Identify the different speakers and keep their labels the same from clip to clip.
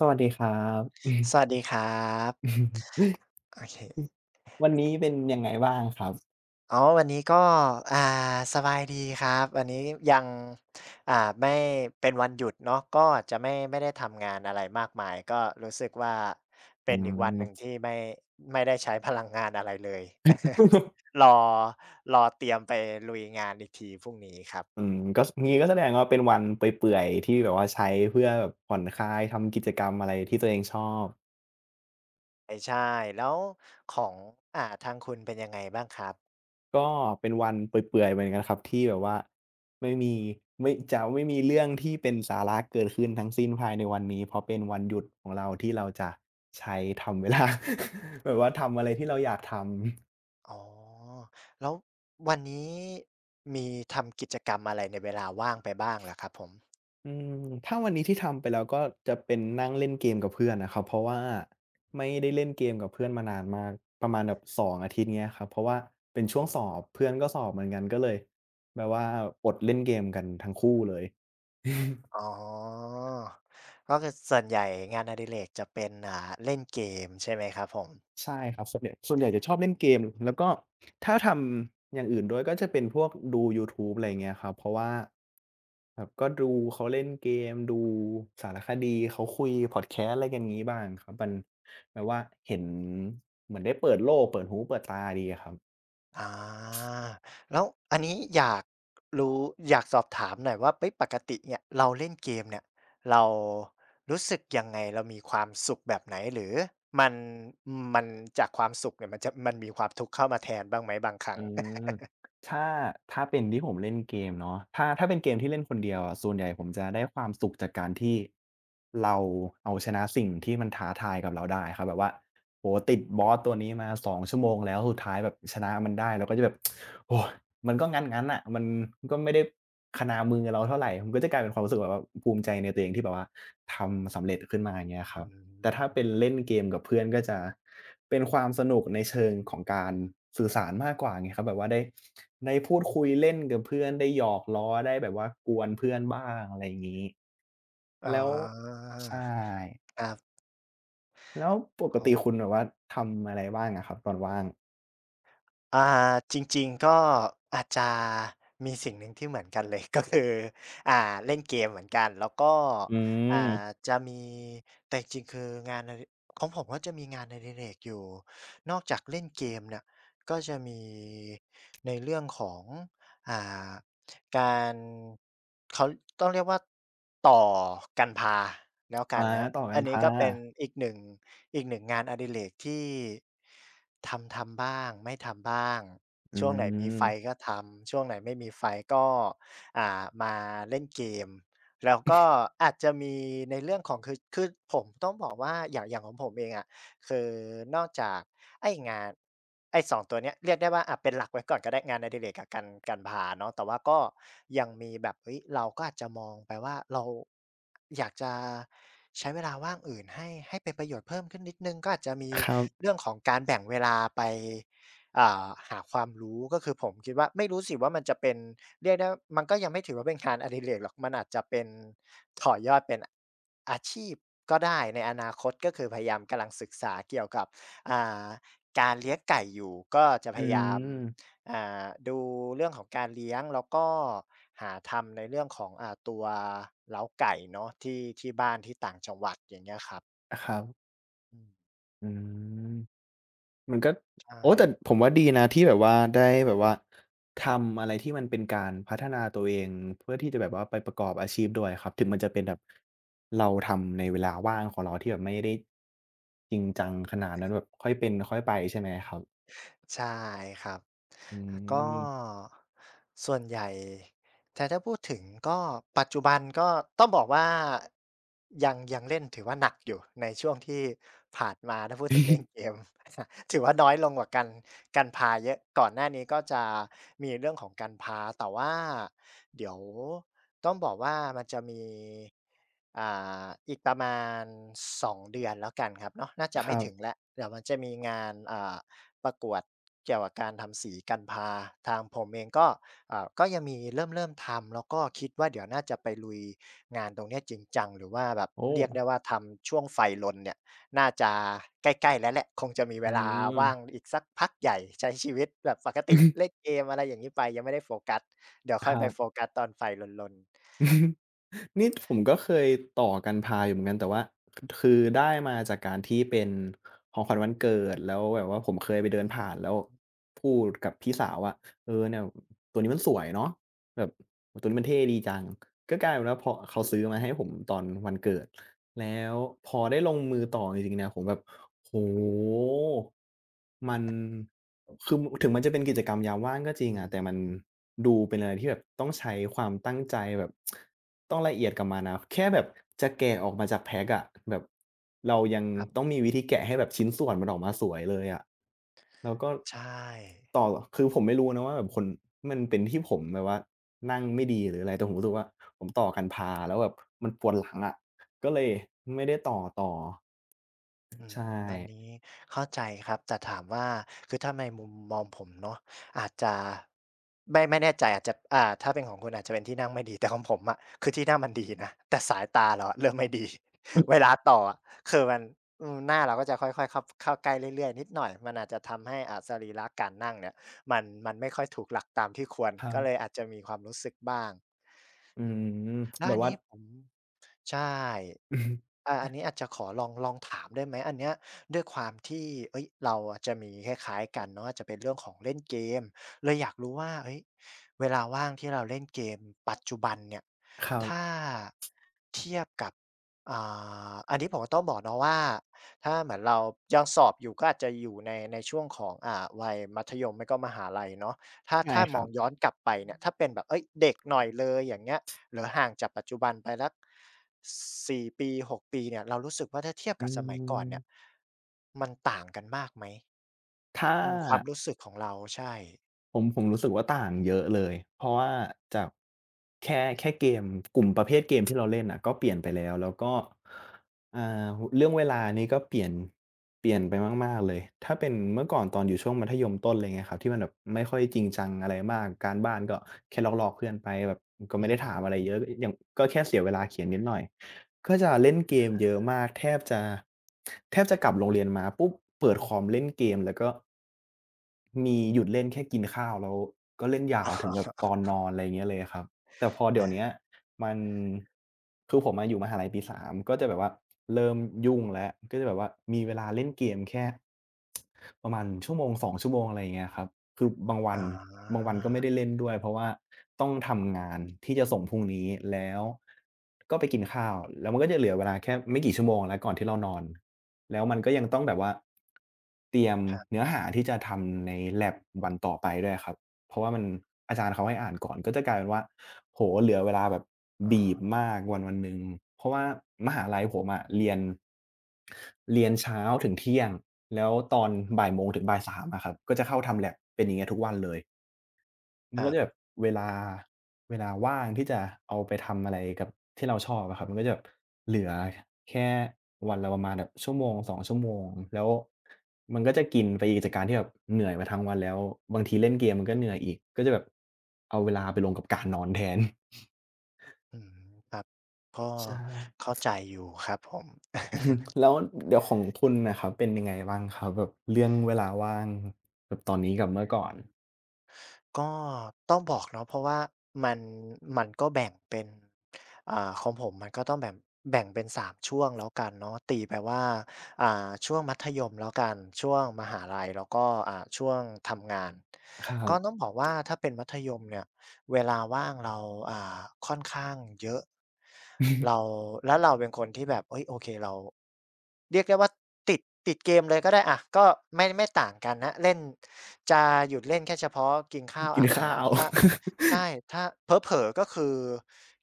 Speaker 1: สวัสดีครับ
Speaker 2: สวัสดีครับ โอเค
Speaker 1: วันนี้เป็นยังไงบ้างครับ
Speaker 2: อ๋อวันนี้ก็อ่าสบายดีครับวันนี้ยังอ่าไม่เป็นวันหยุดเนาะก็จะไม่ได้ทำงานอะไรมากมายก็รู้สึกว่า
Speaker 1: อื
Speaker 2: เป็นอีกวัน
Speaker 1: ม
Speaker 2: หนึ่งที่ไม่ได้ใช้พลังงานอะไรเลย รอรอเตรียมไปลุยงานอีกทีพรุ่งนี้ครับ
Speaker 1: อืมก็งี้ก็แสดงว่าเป็นวันเปื่อยๆที่แบบว่าใช้เพื่อแบบผ่อนคลายทำกิจกรรมอะไรที่ตัวเองชอบ
Speaker 2: ใช่ๆแล้วของทางคุณเป็นยังไงบ้างครับ
Speaker 1: ก็เป็นวันเปื่อยๆเหมือนกันครับที่แบบว่าไม่มีไม่จะไม่มีเรื่องที่เป็นสาระเกิดขึ้นทั้งสิ้นภายในวันนี้เพราะเป็นวันหยุดของเราที่เราจะใช้ทำเวลา แบบว่าทำอะไรที่เราอยากทำ
Speaker 2: อ๋อแล้ววันนี้มีทำกิจกรรมอะไรในเวลาว่างไปบ้างเหรอครับผม
Speaker 1: อืมถ้าวันนี้ที่ทำไปแล้วก็จะเป็นนั่งเล่นเกมกับเพื่อนนะครับเพราะว่าไม่ได้เล่นเกมกับเพื่อนมานานมากประมาณแบบ2องอาทิตย์เงี้ยครับเพราะว่าเป็นช่
Speaker 2: อื
Speaker 1: วง
Speaker 2: ม
Speaker 1: สอบเพื่อนก็สอบเหมือนกันก็เลยแบบว่าอดเล่นเกมกันทั้งคู่เลย
Speaker 2: อ๋อก็คือส่วนใหญ่งานอดิเรกจะเป็นเล่นเกมใช่ไหมครับผม
Speaker 1: ใช่ครับส่วนใหญ่จะชอบเล่นเกมแล้วก็ถ้าทำอย่างอื่นด้วยก็จะเป็นพวกดูยูทูบอะไรอย่างเงี้ยครับเพราะว่าแบบก็ดูเขาเล่นเกมดูสารคดีเขาคุยพอดแคสต์อะไรกันงี้บ้างครับมันแบบว่าเห็นเหมือนได้เปิดโลกเปิดหูเปิดตาดีอะครับ
Speaker 2: อาแล้วอันนี้อยากรู้อยากสอบถามหน่อยว่าเฮ้ยปกติเนี่ยเราเล่นเกมเนี่ยเรารู้สึกยังไงเรามีความสุขแบบไหนหรือมันมันจากความสุขเนี่ยมันจะมันมีความทุกข์เข้ามาแทนบ้างไหมบางครั้ง
Speaker 1: อืมถ้าเป็นที่ผมเล่นเกมเนาะถ้าเป็นเกมที่เล่นคนเดียวอะส่วนใหญ่ผมจะได้ความสุขจากการที่เราเอาชนะสิ่งที่มันท้าทายกับเราได้ครับแบบว่าโอ้โฮติดบอสตัวนี้มา2ชั่วโมงแล้วสุดท้ายแบบชนะมันได้เราก็จะแบบโอ้มันก็งั้นๆน่ะมันก็ไม่ได้คะนามือเราเท่าไรมันก็จะกลายเป็นความรู้สึกแบบว่าภูมิใจในตัวเองที่แบบว่าทำสำเร็จขึ้นมาอย่างเงี้ยค
Speaker 2: อื
Speaker 1: รับ แต่ถ้าเป็น
Speaker 2: ม
Speaker 1: เล่นเกมกับเพื่อนก็จะเป็นความสนุกในเชิงของการสื่อสารมากกว่าไงครับแบบว่าได้พูดคุยเล่นกับเพื่อนได้หยอกล้อได้แบบว่ากวนเพื่อนบ้างอะไรอย่างงี้
Speaker 2: อ๋อ
Speaker 1: แล้วใช่
Speaker 2: ครับ
Speaker 1: แล้วปก
Speaker 2: อ๋อ
Speaker 1: ติคุณแบบว่าทำอะไรบ้างอะครับตอนว่าง
Speaker 2: อ่าจริงๆก็อาจจะมีสิ่งหนึ่งที่เหมือนกันเลย ก็คืออ่าเล่นเกมเหมือนกันแล้วก็
Speaker 1: อื
Speaker 2: อ่า
Speaker 1: ม
Speaker 2: จะมีแต่จริงๆคืองานอดิของผมก็จะมีงานอดิเรกอยู่นอกจากเล่นเกมเนี่ยก็จะมีในเรื่องของอ่าการเขาต้องเรียกว่าต่อกันพาแล้วกัน
Speaker 1: อา
Speaker 2: ครับ
Speaker 1: ต่อกั
Speaker 2: อั
Speaker 1: น
Speaker 2: นนี้
Speaker 1: พา
Speaker 2: ก็เป็นอีกหนึ่ง อีกหนึ่งงานอดิเรกที่ทำบ้างไม่ทำบ้าง
Speaker 1: อื
Speaker 2: ช่วงไหนมีไฟ
Speaker 1: ม
Speaker 2: ก็ทำช่วงไหนไม่มีไฟก็มาเล่นเกมแล้วก็อาจจะมีในเรื่องของคือผมต้องบอกว่าอย่างของผมเองอะ คือนอกจากไอ้งานไอ้2ตัวเนี้ยเรียกได้ว่าอะเป็นหลักไว้ก่อนก็ได้งานอดิเรกกับการพาเนาะแต่ว่าก็ยังมีแบบเฮ้ยเราก็อาจจะมองไปว่าเราอยากจะใช้เวลาว่างอื่นให้เป็นประโยชน์เพิ่มขึ้นนิดหนึ่งก็อาจจะมี
Speaker 1: ครับ
Speaker 2: เรื่องของการแบ่งเวลาไปหาความรู้ก็คือผมคิดว่าไม่รู้สิว่ามันจะเป็น เรียกได้ว่ามันก็ยังไม่ถือว่าเป็นงานอดิเรกหรอกมันอาจจะเป็นต่อยอดเป็นอาชีพก็ได้ในอนาคตก็คือพยายามกำลังศึกษาเกี่ยวกับอ่าการเลี้ยงไก่อยู่ก็จะพ
Speaker 1: อื
Speaker 2: ยายาม
Speaker 1: ม
Speaker 2: ดูเรื่องของการเลี้ยงแล้วก็หาทำในเรื่องของตัวเล้าไก่เนาะที่ที่บ้านที่ต่างจังหวัดอย่างเงี้ยครับ
Speaker 1: ครับ
Speaker 2: อืม
Speaker 1: อืม มันก็
Speaker 2: ใช่
Speaker 1: โอ้แต่ผมว่าดีนะที่แบบว่าได้แบบว่าทำอะไรที่มันเป็นการพัฒนาตัวเองเพื่อที่จะแบบว่าไปประกอบอาชีพด้วยครับถึงมันจะเป็นแบบเราทำในเวลาว่างของเราที่แบบไม่ได้จริงจังขนาดนั้นแบบค่อยเป็นค่อยไปใช่ไหมครับ
Speaker 2: ใช่ครับ
Speaker 1: อื
Speaker 2: ก็
Speaker 1: ม
Speaker 2: ส่วนใหญ่แต่ถ้าพูดถึงก็ปัจจุบันก็ต้องบอกว่ายังเล่นถือว่าหนักอยู่ในช่วงที่ผ่านมาถ้าพูดถึงเล่นเกม ถือว่าน้อยลงกว่ากันการพาเยอะก่อนหน้านี้ก็จะมีเรื่องของการพาแต่ว่าเดี๋ยวต้องบอกว่ามันจะมีอ่อีกประมาณ2เดือนแล้วกันครับเนาะน่าจะ
Speaker 1: ค
Speaker 2: ไม่
Speaker 1: รั
Speaker 2: ถึง
Speaker 1: บ
Speaker 2: แล้วเดี๋ยวมันจะมีงานประกวดเกี่ยวกับการทำสีกันพาทางผมเองก็ก็ยังมีเริ่มทำแล้วก็คิดว่าเดี๋ยวน่าจะไปลุยงานตรงเนี้ยจริงจังหรือว่าแบบ
Speaker 1: โอ้
Speaker 2: เรียกได้ว่าทำช่วงไฟรนเนี่ยน่าจะใกล้ๆแล้วแหละคงจะมีเว
Speaker 1: อื
Speaker 2: ลาว่าง
Speaker 1: ม
Speaker 2: อีกสักพักใหญ่ใช้ชีวิตแบบปกติเล่นเกมอะไรอย่างงี้ไปยังไม่ได้โฟกัสเดี๋ยว
Speaker 1: ค
Speaker 2: ค่อย
Speaker 1: รั
Speaker 2: ไปโฟ
Speaker 1: บ
Speaker 2: กัสตอนไฟรนๆ
Speaker 1: นี่ผมก็เคยต่อกันพาอยู่เหมือนกันแต่ว่าคือได้มาจากการที่เป็นของขวัญวันเกิดแล้วแบบว่าผมเคยไปเดินผ่านแล้วพูดกับพี่สาวว่าเออเนี่ยตัวนี้มันสวยเนาะแบบตัวนี้มันเท่ดีจังก็กลายเป็นว่าพอเขาซื้อมาให้ผมตอนวันเกิดแล้วพอได้ลงมือต่อจริงๆเนี่ยผมแบบ โอ้โฮมันคือถึงมันจะเป็นกิจกรรมยามว่างก็จริง
Speaker 2: อื
Speaker 1: อะ
Speaker 2: ม
Speaker 1: แต่มันดูเป็นอะไรที่แบบต้องใช้ ความตั้งใจแบบต้องละเอียดกับมันอะแค่แบบจะแกะออกมาจากแพ็กอะแบบเรายัง
Speaker 2: ครั
Speaker 1: ต้อง
Speaker 2: บ
Speaker 1: มีวิธีแกะให้แบบชิ้นส่วนมันออกมาสวยเลยอะแล้วก็
Speaker 2: ใช่
Speaker 1: ต่อคือผมไม่รู้นะว่าแบบคนมันเป็นที่ผมแบบว่านั่งไม่ดีหรืออะไรแต่ผมรู้สึกว่าผมต่อกันพาแล้วแบบมันปวดหลังอะ ก็เลยไม่ได้ต่อ
Speaker 2: อื
Speaker 1: ใช่
Speaker 2: มวันนี้เข้าใจครับแต่ถามว่าคือถ้าในมุมมองผมเนาะอาจจะไม่แน่ใจอาจจะถ้าเป็นของคุณอาจจะเป็นที่นั่งไม่ดีแต่ของผมอะคือที่นั่งมันดีนะแต่สายตาเราอะเริ่มไม่ดี เวลาต่ออะคือมันอืมหน้าเราก็จะค่อยๆเข้าใกล้เรื่อยๆนิดหน่อยมันอาจจะทำให้สรีระการนั่งเนี่ยมันไม่ค่อยถูกหลักตามที่ควร
Speaker 1: ครั
Speaker 2: ก็เลย
Speaker 1: บ
Speaker 2: อาจจะมีความรู้สึกบ้าง
Speaker 1: อื
Speaker 2: อืม
Speaker 1: ม
Speaker 2: แล้ว
Speaker 1: แบ
Speaker 2: อั
Speaker 1: บ
Speaker 2: น
Speaker 1: ว่า
Speaker 2: นี้ผม ใช่ อาอันนี้อาจจะขอลองถามได้ไหมอันเนี้ยด้วยความที่เฮ้ยเราอะจะมีคล้ายๆกันเนาะอาจจะเป็นเรื่องของเล่นเกมเลยอยากรู้ว่าเฮ้ยเวลาว่างที่เราเล่นเกมปัจจุบันเนี่ย
Speaker 1: ครั
Speaker 2: ถ้า
Speaker 1: บ
Speaker 2: เทียบกับอ่อันนี้ผมก็ต้องบอกเนาะว่าถ้าเหมือนเรายังสอบอยู่ก็อาจจะอยู่ในช่วงของวัยมัธยมไม่ก็มหาลัยเนาะถ้า
Speaker 1: ใช่
Speaker 2: ถ้า
Speaker 1: ค
Speaker 2: มอ
Speaker 1: รั
Speaker 2: ง
Speaker 1: บ
Speaker 2: ย้อนกลับไปเนี่ยถ้าเป็นแบบเฮ้ยเด็กหน่อยเลยอย่างเงี้ยหรือห่างจากปัจจุบันไปสัก สี่ปีหกปีเนี่ยเรารู้สึกว่าถ้าเทียบ
Speaker 1: อื
Speaker 2: กับสมัยก่อนเนี่ย
Speaker 1: ม
Speaker 2: มันต่างกันมากไหม
Speaker 1: ถ้า
Speaker 2: อืมความรู้สึกของเราใช่
Speaker 1: ผมรู้สึกว่าต่างเยอะเลยเพราะว่าจากแค่เกมกลุ่มประเภทเกมที่เราเล่นอ่ะก็เปลี่ยนไปแล้วแล้วก็อ่าเรื่องเวลานี้ก็เปลี่ยนไปมากๆเลยถ้าเป็นเมื่อก่อนตอนอยู่ช่วงมัธยมต้นอะไรเงี้ยครับที่มันแบบไม่ค่อยจริงจังอะไรมากการบ้านก็แค่ลอกๆเพื่อนไปแบบก็
Speaker 2: อื
Speaker 1: ไม่
Speaker 2: อ
Speaker 1: ได้
Speaker 2: ฮึ
Speaker 1: ถามอะไรเยอะอย่างก็แค่เสียเวลาเขียนนิดหน่อย ก็จะเล่นเกมเยอะมากแทบจะกลับโรงเรียนมาปุ๊บเปิดคอมเล่นเกมแล้วก็มีหยุดเล่นแค่กินข้าวแล้วก็เล่นยาวถึงแบบตอนนอนอะไรอย่างเงี้ยเลยอะครับแต่พอเดี๋ย
Speaker 2: อา
Speaker 1: วเนี้ย มันคือผมอะอยู่มหาลัยปีสามก็จะแบบว่าเริ่มยุ่งแล้วก็จะแบบว่ามีเวลาเล่นเกมแค่ ประมาณชั่วโมงสองชั่วโมงอะไรอย่างเงี้ยครับคือบางวั
Speaker 2: อ๋
Speaker 1: น
Speaker 2: อ
Speaker 1: ก็ไม่ได้เล่นด้วยเพราะว่าต้องทำงานที่จะส่งพรุ่งนี้แล้วก็ไปกินข้าวแล้วมันก็จะเหลือเวลาแค่ไม่กี่ชั่วโมงแล้วก่อนที่เรานอนแล้วมันก็ยังต้องแบบว่าเตรียมเนื้อหาที่จะทำใน lab วันต่อไปด้วยครับ เพราะว่ามันอาจารย์เขาให้อ่านก่อนก็จะกลายเป็นว่าโอ้โฮเหลือเวลาแบบบีบ
Speaker 2: อ
Speaker 1: มากวันหนึ่งเพราะว่ามหาลัยผมอะเรียนเช้าถึงเที่ยงแล้วตอนบ่ายโมงถึงบ่ายสามอะครับก็จะเข้าทำ lab เป็นอย่างเงี้ยทุกวันเลย
Speaker 2: อค
Speaker 1: มัน
Speaker 2: รั
Speaker 1: ก็
Speaker 2: บ
Speaker 1: จะแบบเวลาว่างที่จะเอาไปทำอะไรกับที่เราชอบอะครับมันก็จะแบบเหลือแค่วันละประมาณแบบชั่วโมงสองชั่วโมงแล้วมันก็จะกินไปอีกจากการที่แบบเหนื่อยมาทั้งวันแล้วบางทีเล่นเกมมันก็เหนื่อยอีกก็จะแบบเอาเวลาไปลงกับการนอนแทน
Speaker 2: อืมครับก็
Speaker 1: ใช่
Speaker 2: เข้าใจอยู่ครับผม
Speaker 1: แล้วเดี๋ยวของคุณนะครับเป็นยังไงบ้างครับแบบเรื่องเวลาว่างแบบตอนนี้กับเมื่อก่อน
Speaker 2: ก็ต้องบอกเนาะเพราะว่ามันก็แบ่งเป็นของผมมันก็ต้องแบ่งแบ่งเป็นสามช่วงแล้วกันเนาะตีไปว่าช่วงมัธยมแล้วกันช่วงมหาลัยแล้วก็ช่วงทำงาน
Speaker 1: ครั
Speaker 2: ก็ต้อง
Speaker 1: บ
Speaker 2: บอกว่าถ้าเป็นมัธยมเนี่ย เวลาว่างเราอ่าค่อนข้างเยอะเรา แล้วเราเป็นคนที่แบบเฮ้ยโอเคเราเรียกได้ว่าติดติดเกมเลยก็ได้อะก็ไม่ไม่ต่างกันนะเล่นจะหยุดเล่นแค่เฉพาะกินข้าว
Speaker 1: กิ
Speaker 2: อา
Speaker 1: น
Speaker 2: บ
Speaker 1: ข้าว
Speaker 2: น้ำถ้า ใช่ถ้าเผลอๆก็คือ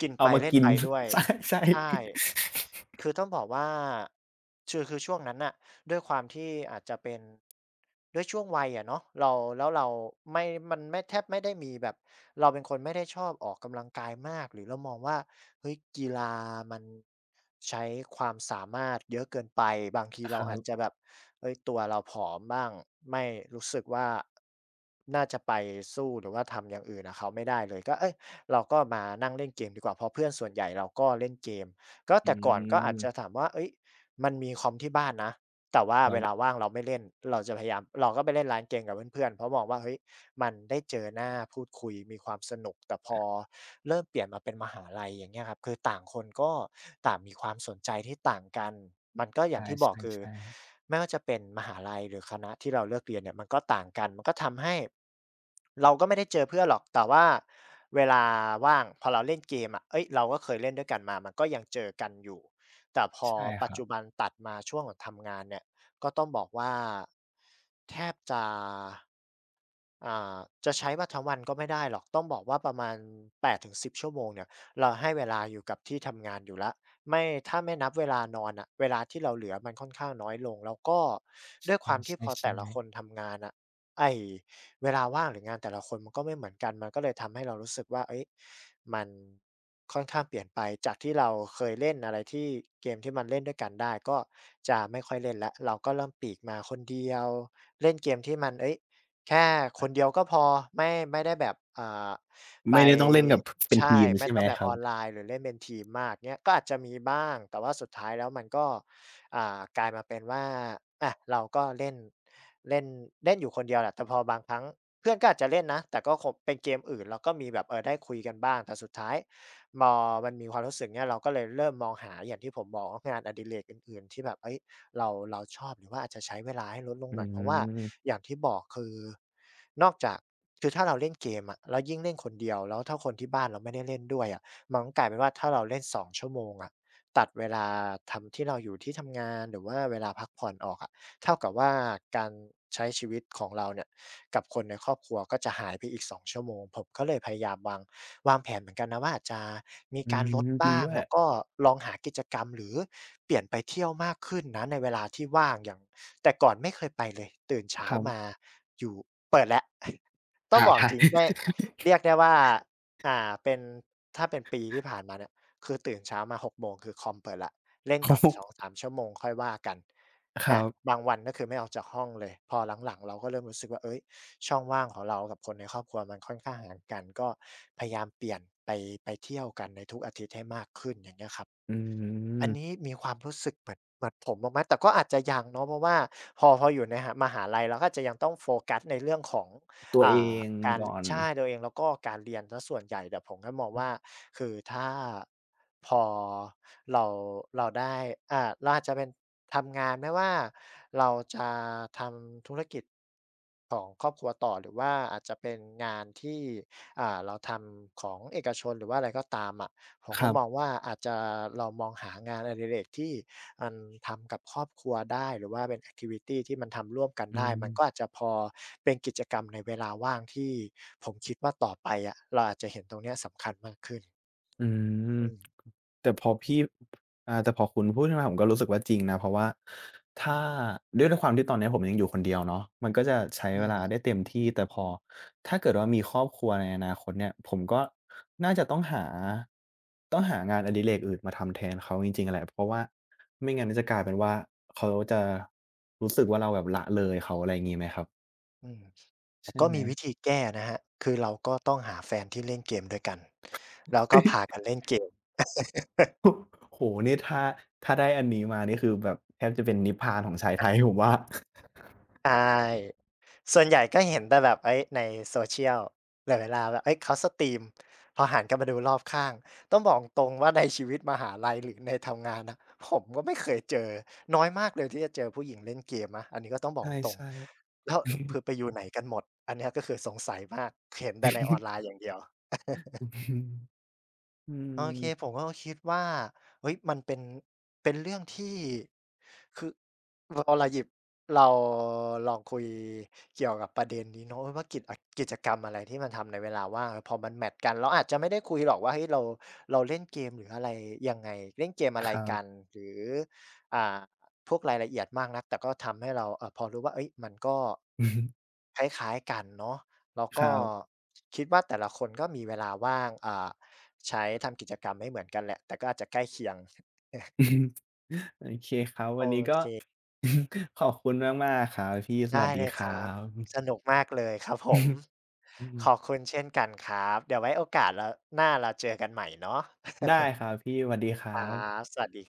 Speaker 2: กินไป
Speaker 1: เอามา
Speaker 2: เล่น
Speaker 1: กิน
Speaker 2: ไปด้วย
Speaker 1: ใช่
Speaker 2: ใช่
Speaker 1: ๆ
Speaker 2: คือต้องบอกว่าคือคือช่วงนั้นน่ะด้วยความที่อาจจะเป็นด้วยช่วงวัยอะเนาะเราแล้วเราไม่มันไม่แทบไม่ได้มีแบบเราเป็นคนไม่ได้ชอบออกกำลังกายมากหรือเรามองว่าเฮ้ยกีฬามันใช้ความสามารถเยอะเกินไปบางที
Speaker 1: ค
Speaker 2: เรา
Speaker 1: รั
Speaker 2: อาจจะ
Speaker 1: บ
Speaker 2: แบบเฮ้ยตัวเราผอมบ้างไม่รู้สึกว่าน่าจะไปสู้หรือว่าทำอย่างอื่นกับเขาไม่ได้เลยก็เฮ้ยเราก็มานั่งเล่นเกมดีกว่าเพราะเพื่อนส่วนใหญ่เราก็เล่นเกม ก็
Speaker 1: อื
Speaker 2: แต่ก่อนก็อาจ
Speaker 1: ม
Speaker 2: จะถามว่าเฮ้ยมันมีคอมที่บ้านนะ แต่ว่า
Speaker 1: ครั
Speaker 2: เวลา
Speaker 1: บ
Speaker 2: ว่างเราไม่เล่น เราจะพยายามเราก็ไปเล่นร้านเกมกับเพื่อนๆ เพราะมองว่าเฮ้ย มันได้เจอหน้าพูดคุยมีความสนุกแต่พอเริ่มเปลี่ยนมาเป็นมหาลัยอย่างเงี้ยครับคือต่างคนก็ต่างมีความสนใจที่ต่างกันมันก็อ
Speaker 1: ใ
Speaker 2: ย่างที่บอกคือ
Speaker 1: ช่ๆๆ
Speaker 2: ไม่ว่าจะเป็นมหาลัยหรือคณะที่เราเลือกเรียนเนี่ยมันก็ต่างกันมันก็ทำให้เราก็ไม่ได้เจอเพื่อนหรอกแต่ว่าเวลาว่างพอเราเล่นเกมอะเฮ้ยเราก็เคยเล่นด้วยกันมามันก็ยังเจอกันอยู่แต่พอ
Speaker 1: ใช่ค
Speaker 2: ปัจ
Speaker 1: รั
Speaker 2: จุบั
Speaker 1: บ
Speaker 2: นตัดมาช่วงของทำงานเนี่ย ก็ต้องบอกว่าแทบจะอ่าจะใช้ว่าทั้งวันก็ไม่ได้หรอกต้องบอกว่าประมาณ8-10ชั่วโมงเนี่ยเราให้เวลาอยู่กับที่ทำงานอยู่แล้วไม่ถ้าไม่นับเวลานอนน่ะเวลาที่เราเหลือมันค่อนข้างน้อยลงแล้วก็ด้วยความที่พ
Speaker 1: ใช่
Speaker 2: อแต่ละค
Speaker 1: ๆๆ
Speaker 2: นทำงานอะไอ้ เวลาว่างหรืองานแต่ละคนมันก็ไม่เหมือนกันมันก็เลยทำให้เรารู้สึกว่าเอ้ยมันค่อนข้างเปลี่ยนไปจากที่เราเคยเล่นอะไรที่เกมที่มันเล่นด้วยกันได้ก็จะไม่ค่อยเล่นแล้วเราก็เริ่มปลีกมาคนเดียวเล่นเกมที่มันเฮ้ยแค่คนเดียวก็พอไม่ไม่ได้แบบไป
Speaker 1: ไม่ได้ต้องเล่นกับเป็น
Speaker 2: ใช่
Speaker 1: ทีม
Speaker 2: ไม่
Speaker 1: ใช่
Speaker 2: ต้
Speaker 1: ไห
Speaker 2: อ
Speaker 1: ม
Speaker 2: งแบบ
Speaker 1: ครั
Speaker 2: อ
Speaker 1: บ
Speaker 2: อนไลน์หรือเล่นเป็นทีมมากเงี้ยก็อาจจะมีบ้างแต่ว่าสุดท้ายแล้วมันก็ กลายมาเป็นว่าอะเราก็เล่นเล่นเล่นอยู่คนเดียวแหละแต่พอบางครั้งเพื่อนก็อาจจะเล่นนะแต่ก็คงเป็นเกมอื่นเราก็มีแบบเออได้คุยกันบ้างแต่สุดท้ายมอมันมีความรู้สึกเนี้ยเราก็เลยเริ่มมองหาอย่างที่ผมบอกว่างานอดิเรกอื่นๆที่แบบเอ้ยเราเราชอบหรือว่าอาจจะใช้เวลาให้ลดลง
Speaker 1: อื
Speaker 2: หน่อย เพราะว่า
Speaker 1: ม
Speaker 2: อย่างที่บอกคือนอกจากคือถ้าเราเล่นเกมอะแล้วยิ่งเล่นคนเดียวแล้วถ้าคนที่บ้านเราไม่ได้เล่นด้วยอะมันก็กลายเป็นว่าถ้าเราเล่นสองชั่วโมงอะ ตัดเวลาทำที่เราอยู่ที่ทำงานหรือว่าเวลาพักผ่อนออกอะเท่ากับว่าการใช้ชีวิตของเราเนี่ยกับคนในครอบครัวก็จะหายไปอีกสองชั่วโมงผมก็เลยพยายามวางวางแผนเหมือนกันนะว่าอาจจะมี
Speaker 1: อื
Speaker 2: การ
Speaker 1: ม
Speaker 2: ลด
Speaker 1: จริง
Speaker 2: บ้าง
Speaker 1: ด้วย
Speaker 2: แล้วก็ลองหากิจกรรมหรือเปลี่ยนไปเที่ยวมากขึ้นนะในเวลาที่ว่างอย่างแต่ก่อนไม่เคยไปเลยตื่นเช้า
Speaker 1: ครับ
Speaker 2: มาอยู่เปิดแล้ว ต้องบอกจริงไม่เรียกได้ว่าอ่าเป็นถ้าเป็นปีที่ผ่านมาเนี่ย คือตื่นเช้ามา6 โมงคือคอมเปิดแล้วเล่น ก่
Speaker 1: โอ้
Speaker 2: อน
Speaker 1: โฮ
Speaker 2: 2-3 ชั่วโมงค่อยว่ากัน
Speaker 1: ค
Speaker 2: อา
Speaker 1: รับ
Speaker 2: บางวันก็คือไม่ออกจากห้องเลยพอหลังๆเราก็เริ่มรู้สึกว่าเฮ้ยช่องว่างของเรากับคนในครอบครัวมันค่อนข้างห่างกันก็พยายามเปลี่ยนไปไปเที่ยวกันในทุกอาทิตย์ให้มากขึ้นอย่างเงี้ยครับ
Speaker 1: อื
Speaker 2: อั
Speaker 1: ม
Speaker 2: นนี้มีความรู้สึกเหมือนเหมือนผมบ้างไหมแต่ก็อาจจะยังเนาะเพราะว่าพอพออยู่ในหะมหาลัยเราก็อาจจะยังต้องโฟกัสในเรื่องของ
Speaker 1: ตัวเอ
Speaker 2: อ่า
Speaker 1: ง
Speaker 2: การ
Speaker 1: ก่อน
Speaker 2: ใช่ตัวเองแล้วก็การเรียนเสียส่วนใหญ่แต่ผมก็มองว่าคือถ้าพอเราเราได้เราอาจจะเป็นทำงานไม่ว่าเราจะทำธุรกิจของครอบครัวต่อหรือว่าอาจจะเป็นงานที่เราทำของเอกชนหรือว่าอะไรก็ตามอะผม
Speaker 1: ค
Speaker 2: ก็
Speaker 1: รั
Speaker 2: มอง
Speaker 1: บ
Speaker 2: ว่าอาจจะเรามองหางานอดิเรกที่ อันทำกับครอบครัวได้หรือว่าเป็นแอกทิวิตีที่มันทำร่วมกัน
Speaker 1: อื
Speaker 2: ได้มั
Speaker 1: ม
Speaker 2: นก็อาจจะพอเป็นกิจกรรมในเวลาว่างที่ผมคิดว่าต่อไปอะเราอาจจะเห็นตรงกันมากขึ้น
Speaker 1: อืม
Speaker 2: อืม
Speaker 1: แต่พอพี่แต่พอคุณพูดขึ้นมาผมก็รู้สึกว่าจริงนะเพราะว่าถ้าด้วยความที่ตอนเนี้ยผมยังอยู่คนเดียวเนาะมันก็จะใช้
Speaker 2: อื
Speaker 1: เว
Speaker 2: ม
Speaker 1: ลาได้เต็มที่แต่พอถ้าเกิดว่ามีครอบครัวในอนาคตเนี่ยผมก็น่าจะต้องหางานอดิเรกอื่นมาทำแทนเขาจริงๆแหละเพราะว่าไม่งั้นจะกลายเป็นว่าเขาจะรู้สึกว่าเราแบบละเลยเขาอะไรงี้ไหมครับ
Speaker 2: อืมแต่
Speaker 1: ใช่
Speaker 2: ก็
Speaker 1: ไหม
Speaker 2: มีวิธีแก้นะครับคือเราก็ต้องหาแฟนที่เล่นเกมด้วยกันแล้วก็พากั นเล่นเกม
Speaker 1: โอ้โฮนี่ถ้าได้อันนี้มานี่คือแบบแทบจะเป็นนิพพานของชายไทยผมว่า
Speaker 2: ใช่ส่วนใหญ่ก็เห็นแต่แบบเอ้ยใน social แต่เวลาแบบเฮ้ยเขาสตรีมพอหันกลับมาดูรอบข้าง ต้องบอกตรงว่าในชีวิตมหาลัยหรือในทำงานนะผมก็ไม่เคยเจอ น้อยมากเลยที่จะเจอผู้หญิงเล่นเกมนะอันนี้ก็ต้องบอ
Speaker 1: ใ
Speaker 2: กตรง
Speaker 1: ช่ๆ
Speaker 2: แล้วคือไปอยู่ไหนกันหมด อันเนี้ยก็คือสงสัยมากเห็นแต่ในออนไล น์อย่างเดียว
Speaker 1: อื
Speaker 2: โอเคผ
Speaker 1: ม
Speaker 2: มก็คิดว่าเฮ้ยมันเป็นเรื่องที่คือพอเราหยิบเราลองคุยเกี่ยวกับประเด็นนี้เนาะว่ากิจอะกิจกรรมอะไรที่มันทำในเวลาว่างเออพอมันแมตช์กันเราอาจจะไม่ได้คุยหรอกว่าเฮ้ยเราเล่นเกมหรืออะไรยังไงเล่นเกมอะ
Speaker 1: ค
Speaker 2: ไร
Speaker 1: รั
Speaker 2: กัน
Speaker 1: บ
Speaker 2: หรืออ่าพวกรายละเอียดมากนักแต่ก็ทำให้เราพอรู้ว่าเฮ้ยมันก็ คล้ายๆกันเนาะแล้ว
Speaker 1: ค
Speaker 2: ก็
Speaker 1: รับ
Speaker 2: คิดว่าแต่ละคนก็มีเวลาว่างใช้ทำกิจกรรมไม่เหมือนกันแหละแต่ก็อาจจะใกล้เคียง
Speaker 1: โอเคครับ
Speaker 2: โอ
Speaker 1: วันนี้ก็
Speaker 2: เค
Speaker 1: ขอบคุณมาก ๆ ครับพี่ส
Speaker 2: ได้
Speaker 1: วัสดี
Speaker 2: เลย
Speaker 1: ค
Speaker 2: ค
Speaker 1: รั
Speaker 2: รับส
Speaker 1: บ
Speaker 2: นุกมากเลยครับผม
Speaker 1: อื
Speaker 2: ข
Speaker 1: ม
Speaker 2: อบคุณเช่นกันครับเดี๋ยวไว้โอกาสแล้วหน้าเราเจอกันใหม่เนาะ
Speaker 1: ได้ครับพี่สวัสดีค
Speaker 2: ค
Speaker 1: รั
Speaker 2: รั
Speaker 1: บ
Speaker 2: บสวัสดี